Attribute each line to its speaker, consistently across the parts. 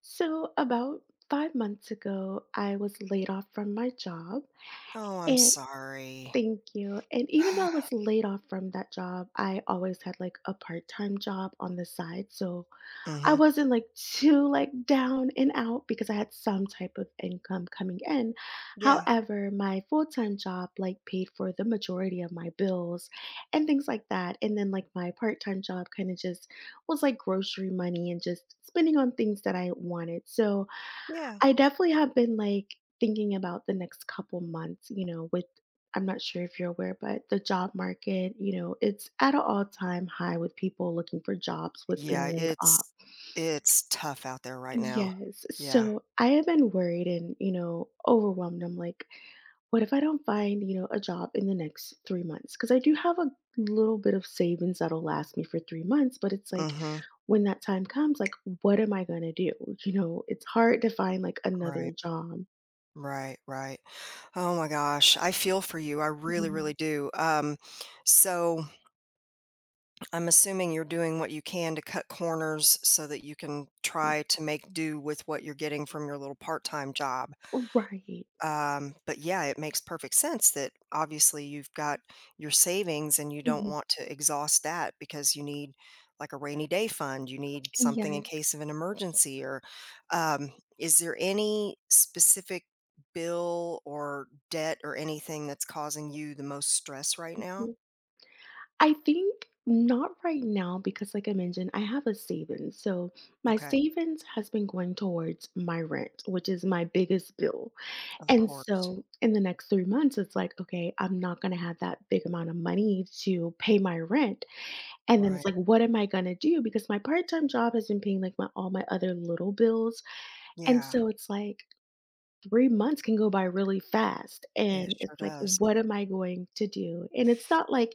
Speaker 1: So, about 5 months ago, I was laid off from my job.
Speaker 2: Oh, I'm
Speaker 1: And
Speaker 2: sorry.
Speaker 1: thank you. And even though I was laid off from that job, I always had like a part-time job on the side. So I
Speaker 2: Mhm.
Speaker 1: wasn't too down and out because I had some type of income coming in.
Speaker 2: Yeah.
Speaker 1: However, my full-time job like paid for the majority of my bills and things like that. And then like my part-time job kind of just was like grocery money and just spending on things that I wanted. So
Speaker 2: Yeah.
Speaker 1: I definitely have been, like, thinking about the next couple months, you know, with I'm not sure if you're aware, but the job market, you know, it's at an all-time high with people looking for jobs with being
Speaker 2: Yeah,
Speaker 1: laid off.
Speaker 2: it's tough out there right now.
Speaker 1: Yes.
Speaker 2: Yeah.
Speaker 1: So, I have been worried and, you know, overwhelmed. I'm like, "What if I don't find, you know, a job in the next 3 months? Because I do have a little bit of savings that'll last me for 3 months, but it's like,
Speaker 2: Mhm.
Speaker 1: when that time comes, like, what am I gonna do? You know, it's hard to find, like, another
Speaker 2: Right.
Speaker 1: job."
Speaker 2: Right, right. Oh my gosh, I feel for you. I really, really
Speaker 1: Mhm.
Speaker 2: do. So I'm assuming you're doing what you can to cut corners so that you can try to make do with what you're getting from your little part-time job.
Speaker 1: Right.
Speaker 2: But yeah, it makes perfect sense that obviously you've got your savings and you don't
Speaker 1: Mhm.
Speaker 2: want to exhaust that because you need like a rainy day fund, you need something in
Speaker 1: Yes.
Speaker 2: case of an emergency or um, is there any specific bill or debt or anything that's causing you the most stress right now?
Speaker 1: Mhm. I think not right now because, like I mentioned, I have a savings. So my
Speaker 2: Okay.
Speaker 1: savings has been going towards my rent, which is my biggest bill.
Speaker 2: Of
Speaker 1: And
Speaker 2: course.
Speaker 1: so in the next 3 months, it's like, okay, I'm not going to have that big amount of money to pay my rent. And then
Speaker 2: Right.
Speaker 1: it's like, what am I going to do? Because my part time job has been paying like my all my other little bills. And
Speaker 2: Yeah.
Speaker 1: so it's like, 3 months can go by really fast,
Speaker 2: It
Speaker 1: and
Speaker 2: sure
Speaker 1: it's like,
Speaker 2: does.
Speaker 1: "What am I going to do?" And it's not like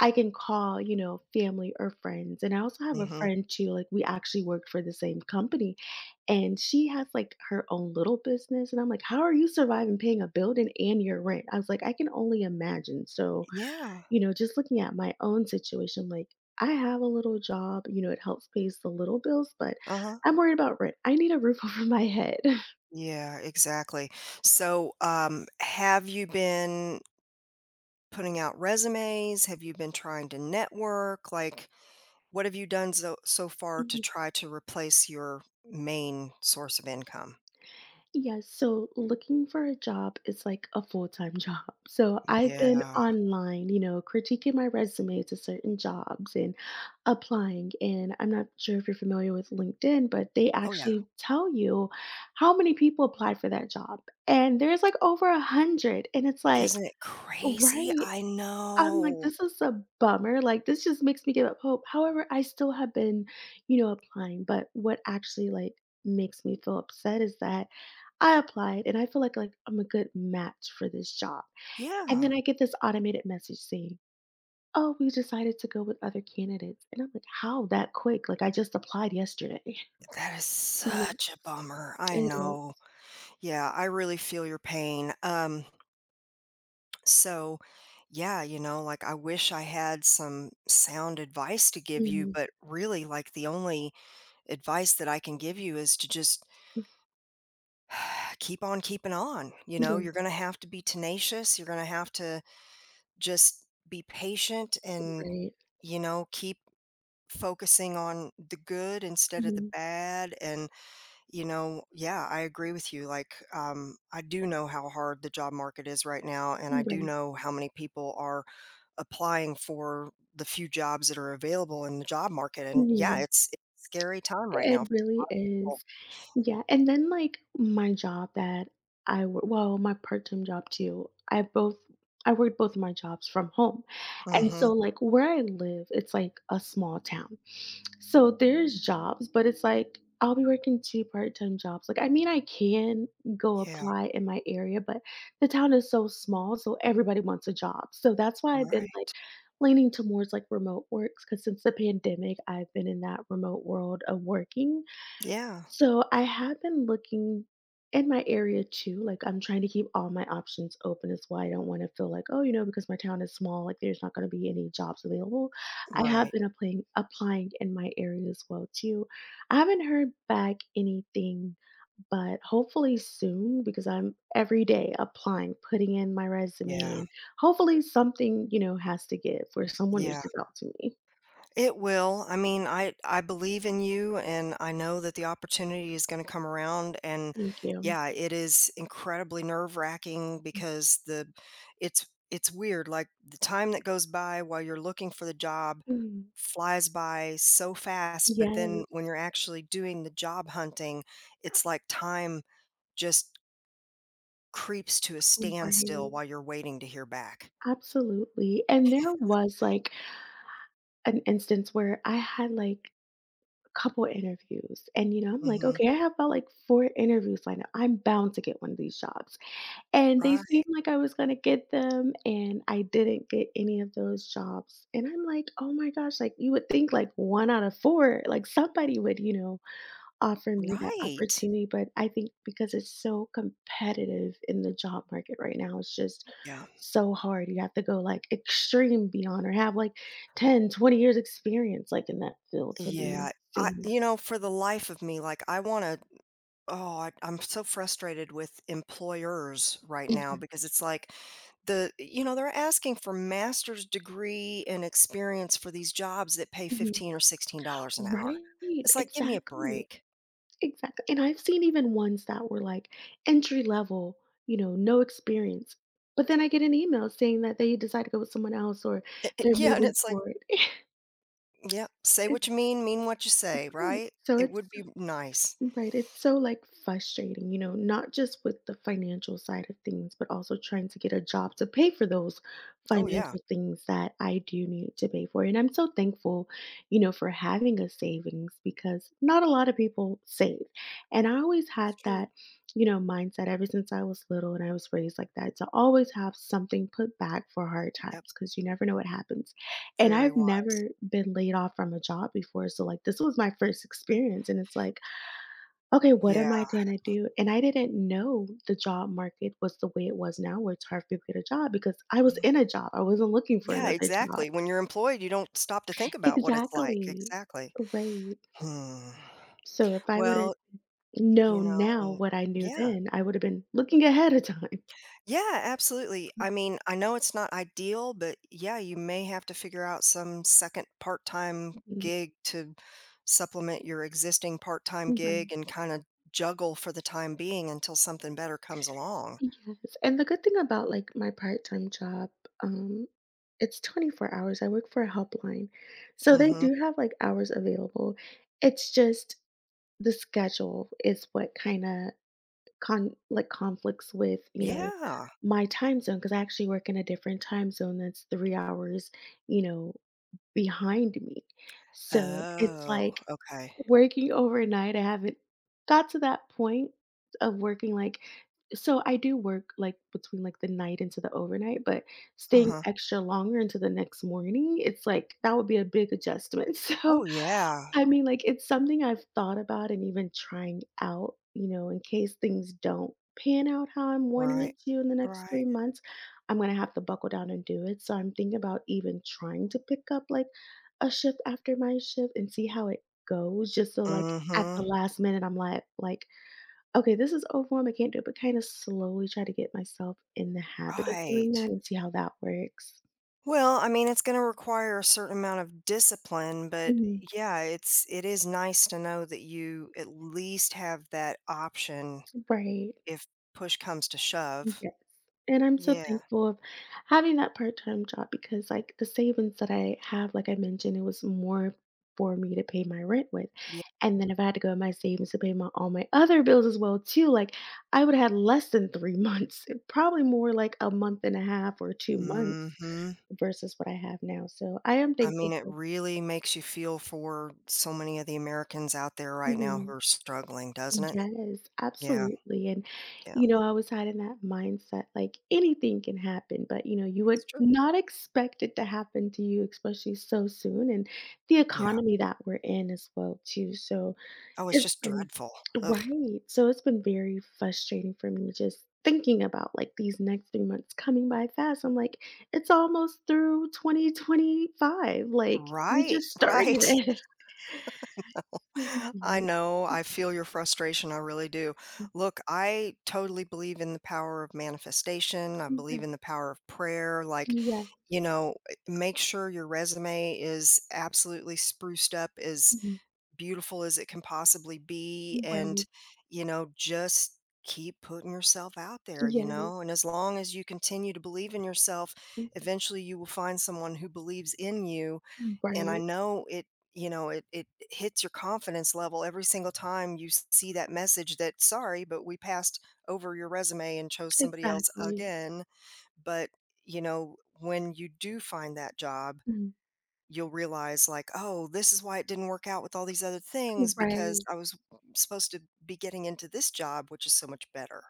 Speaker 1: I can call, you know, family or friends, and I also have a
Speaker 2: Hmm.
Speaker 1: friend too, like, we actually worked for the same company, and she has, like, her own little business, and I'm like, "How are you surviving paying a building and your rent?" I was like, "I can only imagine." So,
Speaker 2: Yeah.
Speaker 1: you know, just looking at my own situation, like, I have a little job, you know, it helps pays the little bills, but
Speaker 2: Uh-huh.
Speaker 1: I'm worried about rent. I need a roof over my head.
Speaker 2: Yeah, exactly. So, have you been putting out resumes? Have you been trying to network? Like, what have you done so far to try to replace your main source of income?
Speaker 1: Yes, so looking for a job is like a full-time job. So I've been
Speaker 2: Yeah.
Speaker 1: online, you know, critiquing my resume to certain jobs and applying. And I'm not sure if you're familiar with LinkedIn, but they
Speaker 2: Oh, yeah.
Speaker 1: actually tell you how many people applied for that job. And there's like over 100. And it's like,
Speaker 2: Isn't it crazy?
Speaker 1: right.
Speaker 2: I
Speaker 1: I'm like,
Speaker 2: know.
Speaker 1: "This is a bummer," like, this just makes me give up hope. However, I still have been, you know, applying, but what actually, like, makes me feel upset is that I applied and I feel like I'm a good match for this job, and
Speaker 2: Yeah.
Speaker 1: then I get this automated message saying, "Oh, we decided to go with other candidates," and I'm like, "How that quick? Like, I just applied yesterday."
Speaker 2: That is
Speaker 1: Yes,
Speaker 2: such a bummer. I
Speaker 1: it is.
Speaker 2: know. Yeah, I really feel your pain. So yeah, you know, like I wish I had some sound advice to give you,
Speaker 1: Mhm.
Speaker 2: but really like the only advice that I can give you is to just
Speaker 1: Mm,
Speaker 2: keep on keeping on, you know,
Speaker 1: yeah,
Speaker 2: you're gonna have to be tenacious, you're gonna have to just be patient and,
Speaker 1: right.
Speaker 2: you know, keep focusing on the good instead of the
Speaker 1: Mhm.
Speaker 2: bad, and, yeah, I agree with you, like, I do know how hard the job market is right now, and I do
Speaker 1: Right.
Speaker 2: know how many people are applying for the few jobs that are available in the job market, and yeah,
Speaker 1: Mhm.
Speaker 2: it's a scary time right
Speaker 1: It
Speaker 2: now for
Speaker 1: really
Speaker 2: people.
Speaker 1: is. Yeah, and then like my job that well, my part-time job too. I both I worked both of my jobs from home. And
Speaker 2: Mhm.
Speaker 1: so like where I live, it's like a small town. So there's jobs, but it's like I'll be working two part-time jobs. Like I mean I can go
Speaker 2: Yeah,
Speaker 1: apply in my area, but the town is so small, so everybody wants a job. So that's why I've been like
Speaker 2: right.
Speaker 1: leaning towards like remote works because since the pandemic, I've been in that remote world of working
Speaker 2: Yeah,
Speaker 1: so I have been looking in my area too. Like I'm trying to keep all my options open. Is why I don't want to feel like, oh, you know, because my town is small, like there's not going to be any jobs available. I have
Speaker 2: right.
Speaker 1: been applying in my area as well too. I haven't heard back anything, but hopefully soon because I'm every day applying, putting in my resume,
Speaker 2: Yeah,
Speaker 1: and hopefully something you know has to give where someone
Speaker 2: yeah,
Speaker 1: reaches out to me.
Speaker 2: it will. I mean, I believe in you, and I know that the opportunity is gonna come around, and,
Speaker 1: Thank you.
Speaker 2: yeah, it is incredibly nerve-wracking because the it's it's weird, like, the time that goes by while you're looking for the job
Speaker 1: Mm.
Speaker 2: flies by so fast, but then
Speaker 1: Yes,
Speaker 2: when you're actually doing the job hunting, it's like time just creeps to a standstill
Speaker 1: right.
Speaker 2: while you're waiting to hear back.
Speaker 1: Absolutely, and there was, like, an instance where I had, like, a couple interviews, and, you know, I'm like,
Speaker 2: Mhm.
Speaker 1: "Okay, I have about, like, 4 interviews lined up. I'm bound to get one of these jobs." And they seemed
Speaker 2: Right,
Speaker 1: like I was gonna get them, and I didn't get any of those jobs, and I'm like, "Oh my gosh," like, you would think, like, 1 out of 4, like, somebody would, you know offer me that
Speaker 2: right.
Speaker 1: opportunity, but I think because it's so competitive in the job market right now, it's just
Speaker 2: Yeah.
Speaker 1: so hard. You have to go like extreme beyond or have like 10, 20 years experience like in that field to be
Speaker 2: Yeah, I
Speaker 1: seen.
Speaker 2: you know, for the life of me, like, I wanna oh, I'm so frustrated with employers right now
Speaker 1: Yeah.
Speaker 2: because it's like they're asking for master's degree and experience for these jobs that pay
Speaker 1: Mhm.
Speaker 2: 15 or $16 an hour.
Speaker 1: Right.
Speaker 2: It's like, "Give me a
Speaker 1: Exactly.
Speaker 2: break."
Speaker 1: Exactly. And I've seen even ones that were like entry level, you know, no experience. But then I get an email saying that they decide to go with someone else or
Speaker 2: I
Speaker 1: they're
Speaker 2: yeah, and
Speaker 1: moving
Speaker 2: it's like,
Speaker 1: forward.
Speaker 2: yeah, say
Speaker 1: It's
Speaker 2: what you mean what you say,"
Speaker 1: great.
Speaker 2: right?
Speaker 1: So
Speaker 2: It
Speaker 1: it's
Speaker 2: would be nice.
Speaker 1: right. It's so like frustrating, you know, not just with the financial side of things, but also trying to get a job to pay for those
Speaker 2: Oh, yeah,
Speaker 1: financial things that I do need to pay for. And I'm so thankful, you know, for having a savings because not a lot of people save. And I always
Speaker 2: that's
Speaker 1: had
Speaker 2: true.
Speaker 1: that, you know, mindset ever since I was little and I was raised like that to always have something put back for hard
Speaker 2: Yep,
Speaker 1: times because you never know what happens. And
Speaker 2: very
Speaker 1: I've
Speaker 2: wide.
Speaker 1: never been laid off from a job before. So, like, this was my first experience. And it's like, okay, what am
Speaker 2: Yeah.
Speaker 1: I gonna do? And I didn't know the job market was the way it was now, where it's hard for people to get a job because I was in a job. I wasn't looking for
Speaker 2: Yeah,
Speaker 1: another job.
Speaker 2: exactly. When you're employed, you don't stop to think about what it's like.
Speaker 1: Exactly.
Speaker 2: Exactly.
Speaker 1: Right.
Speaker 2: Hmm.
Speaker 1: So if I would have
Speaker 2: Well, you
Speaker 1: known now
Speaker 2: know,
Speaker 1: what I knew
Speaker 2: yeah.
Speaker 1: then, I would have been looking ahead of time.
Speaker 2: Yeah, absolutely. I mean, I know it's not ideal, but yeah, you may have to figure out some second part-time
Speaker 1: Mhm.
Speaker 2: gig to supplement your existing part-time gig
Speaker 1: Right.
Speaker 2: and kinda juggle for the time being until something better comes along.
Speaker 1: Yes. And the good thing about like my part-time job, um, it's 24 hours. I work for a helpline. So they
Speaker 2: Mhm.
Speaker 1: do have like hours available. It's just the schedule is what kind of conflicts with, you know,
Speaker 2: Yeah.
Speaker 1: my time zone because I actually work in a different time zone that's 3 hours, you know, behind me. So, it's
Speaker 2: Oh,
Speaker 1: like
Speaker 2: okay.
Speaker 1: working overnight, I haven't got to that point of working, like so I do work, like, between, like, the night into the overnight, but staying
Speaker 2: Uh-huh.
Speaker 1: extra longer into the next morning, it's like, that would be a big adjustment. So
Speaker 2: Oh, yeah.
Speaker 1: I mean, like, it's something I've thought about and even trying out, you know, in case things don't pan out how I'm wanting
Speaker 2: Right.
Speaker 1: it to in the next
Speaker 2: Right.
Speaker 1: 3 months, I'm gonna have to buckle down and do it, so I'm thinking about even trying to pick up, like, a shift after my shift and see how it goes just so, like, at
Speaker 2: Hmm.
Speaker 1: the last minute, I'm like "Okay, this is overwhelm, I can't do it," but kinda slowly try to get myself in the habit of doing
Speaker 2: Right.
Speaker 1: that and see how that works.
Speaker 2: Well, I mean, it's going to require a certain amount of discipline, but
Speaker 1: Mhm,
Speaker 2: yeah, it is nice to know that you at least have that option
Speaker 1: right.
Speaker 2: if push comes to shove.
Speaker 1: Yes, and I'm so
Speaker 2: Yeah.
Speaker 1: thankful of having that part-time job because, like, the savings that I have, like I mentioned, it was more for me to pay my rent with,
Speaker 2: Yeah.
Speaker 1: and then if I had to go in my savings to pay my all my other bills as well too, like, I would have had less than 3 months, probably more like a month and a half or 2 months
Speaker 2: Hmm.
Speaker 1: versus what I have now, so I am
Speaker 2: I mean,
Speaker 1: thankful
Speaker 2: it
Speaker 1: for
Speaker 2: really makes you feel for so many of the Americans out there right now who
Speaker 1: Mhm.
Speaker 2: are struggling, doesn't it?
Speaker 1: Yes,
Speaker 2: Yeah.
Speaker 1: absolutely. And,
Speaker 2: Yeah.
Speaker 1: you know, I was had in that mindset like anything can happen, but, you know, you would
Speaker 2: It's true.
Speaker 1: not expect it to happen to you, especially so soon. And the
Speaker 2: Yeah.
Speaker 1: economy that we're in as well, too. So
Speaker 2: Oh, it's
Speaker 1: it's
Speaker 2: just
Speaker 1: been,
Speaker 2: dreadful. Ugh.
Speaker 1: right. So it's been very frustrating for me just thinking about like these next 3 months coming by fast. I'm like, it's almost through 2025. Like, we
Speaker 2: Right.
Speaker 1: just started
Speaker 2: Right.
Speaker 1: it.
Speaker 2: I
Speaker 1: Mhm.
Speaker 2: know, I feel your frustration, I really do. Look, I totally believe in the power of manifestation, I believe
Speaker 1: Right.
Speaker 2: in the power of prayer, like,
Speaker 1: Yeah.
Speaker 2: you know, make sure your resume is absolutely spruced up, as
Speaker 1: Mm-hmm.
Speaker 2: beautiful as it can possibly be, and,
Speaker 1: Right.
Speaker 2: you know, just keep putting yourself out there, you
Speaker 1: Yeah.
Speaker 2: know, and as long as you continue to believe in yourself,
Speaker 1: Mhm.
Speaker 2: eventually you will find someone who believes in you and I
Speaker 1: Right.
Speaker 2: know it hits your confidence level every single time you see that message that, "Sorry, but we passed over your resume and chose somebody else
Speaker 1: Exactly.
Speaker 2: again." But, you know, when you do find that job,
Speaker 1: Mm.
Speaker 2: you'll realize like, "Oh, this is why it didn't work out with all these other things because
Speaker 1: Right.
Speaker 2: I was supposed to be getting into this job, which is so much better."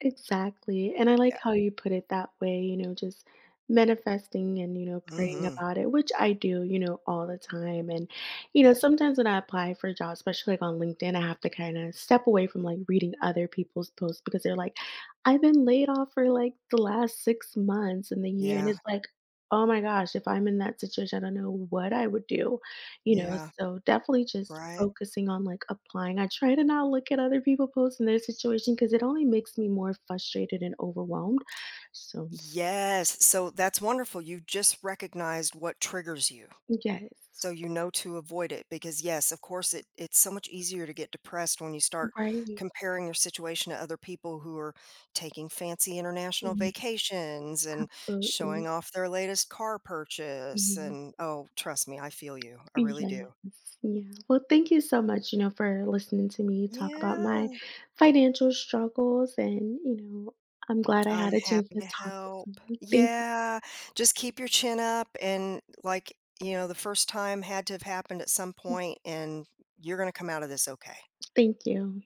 Speaker 1: Exactly. And I
Speaker 2: Yeah.
Speaker 1: like how you put it that way, you know, just manifesting and, you know, praying
Speaker 2: Mhm.
Speaker 1: about it, which I do, you know, all the time. And, you know,
Speaker 2: Good.
Speaker 1: sometimes when I apply for jobs, especially like on LinkedIn, I have to kind of step away from like reading other people's posts because they're like, I've been laid off for like the last 6 months and the year. And
Speaker 2: Yeah.
Speaker 1: it's like, oh my gosh, if I'm in that situation, I don't know what I would do. You know,
Speaker 2: Yeah.
Speaker 1: so definitely just
Speaker 2: Right?
Speaker 1: focusing on, like, applying. I try to not look at other people posts and their situation because it only makes me more frustrated and overwhelmed. So
Speaker 2: Yes. So that's wonderful. You just recognized what triggers you.
Speaker 1: yes.
Speaker 2: So you know to avoid it because yes, of course it's so much easier to get depressed when you start
Speaker 1: Right.
Speaker 2: comparing your situation to other people who are taking fancy international
Speaker 1: Mhm,
Speaker 2: vacations and showing
Speaker 1: absolutely.
Speaker 2: off their latest car purchase
Speaker 1: Mhm.
Speaker 2: and oh, trust me, I feel you. I really do.
Speaker 1: Yes. Yeah. Well, thank you so much, you know, for listening to me talk about my
Speaker 2: Yeah,
Speaker 1: financial struggles and, you know, I'm glad I
Speaker 2: I'm
Speaker 1: had a chance
Speaker 2: happy
Speaker 1: to
Speaker 2: to
Speaker 1: talk to
Speaker 2: help.
Speaker 1: someone. Thank you.
Speaker 2: Yeah, just keep your chin up and like, the first time had to have happened at some point and you're going to come out of this okay.
Speaker 1: Thank you.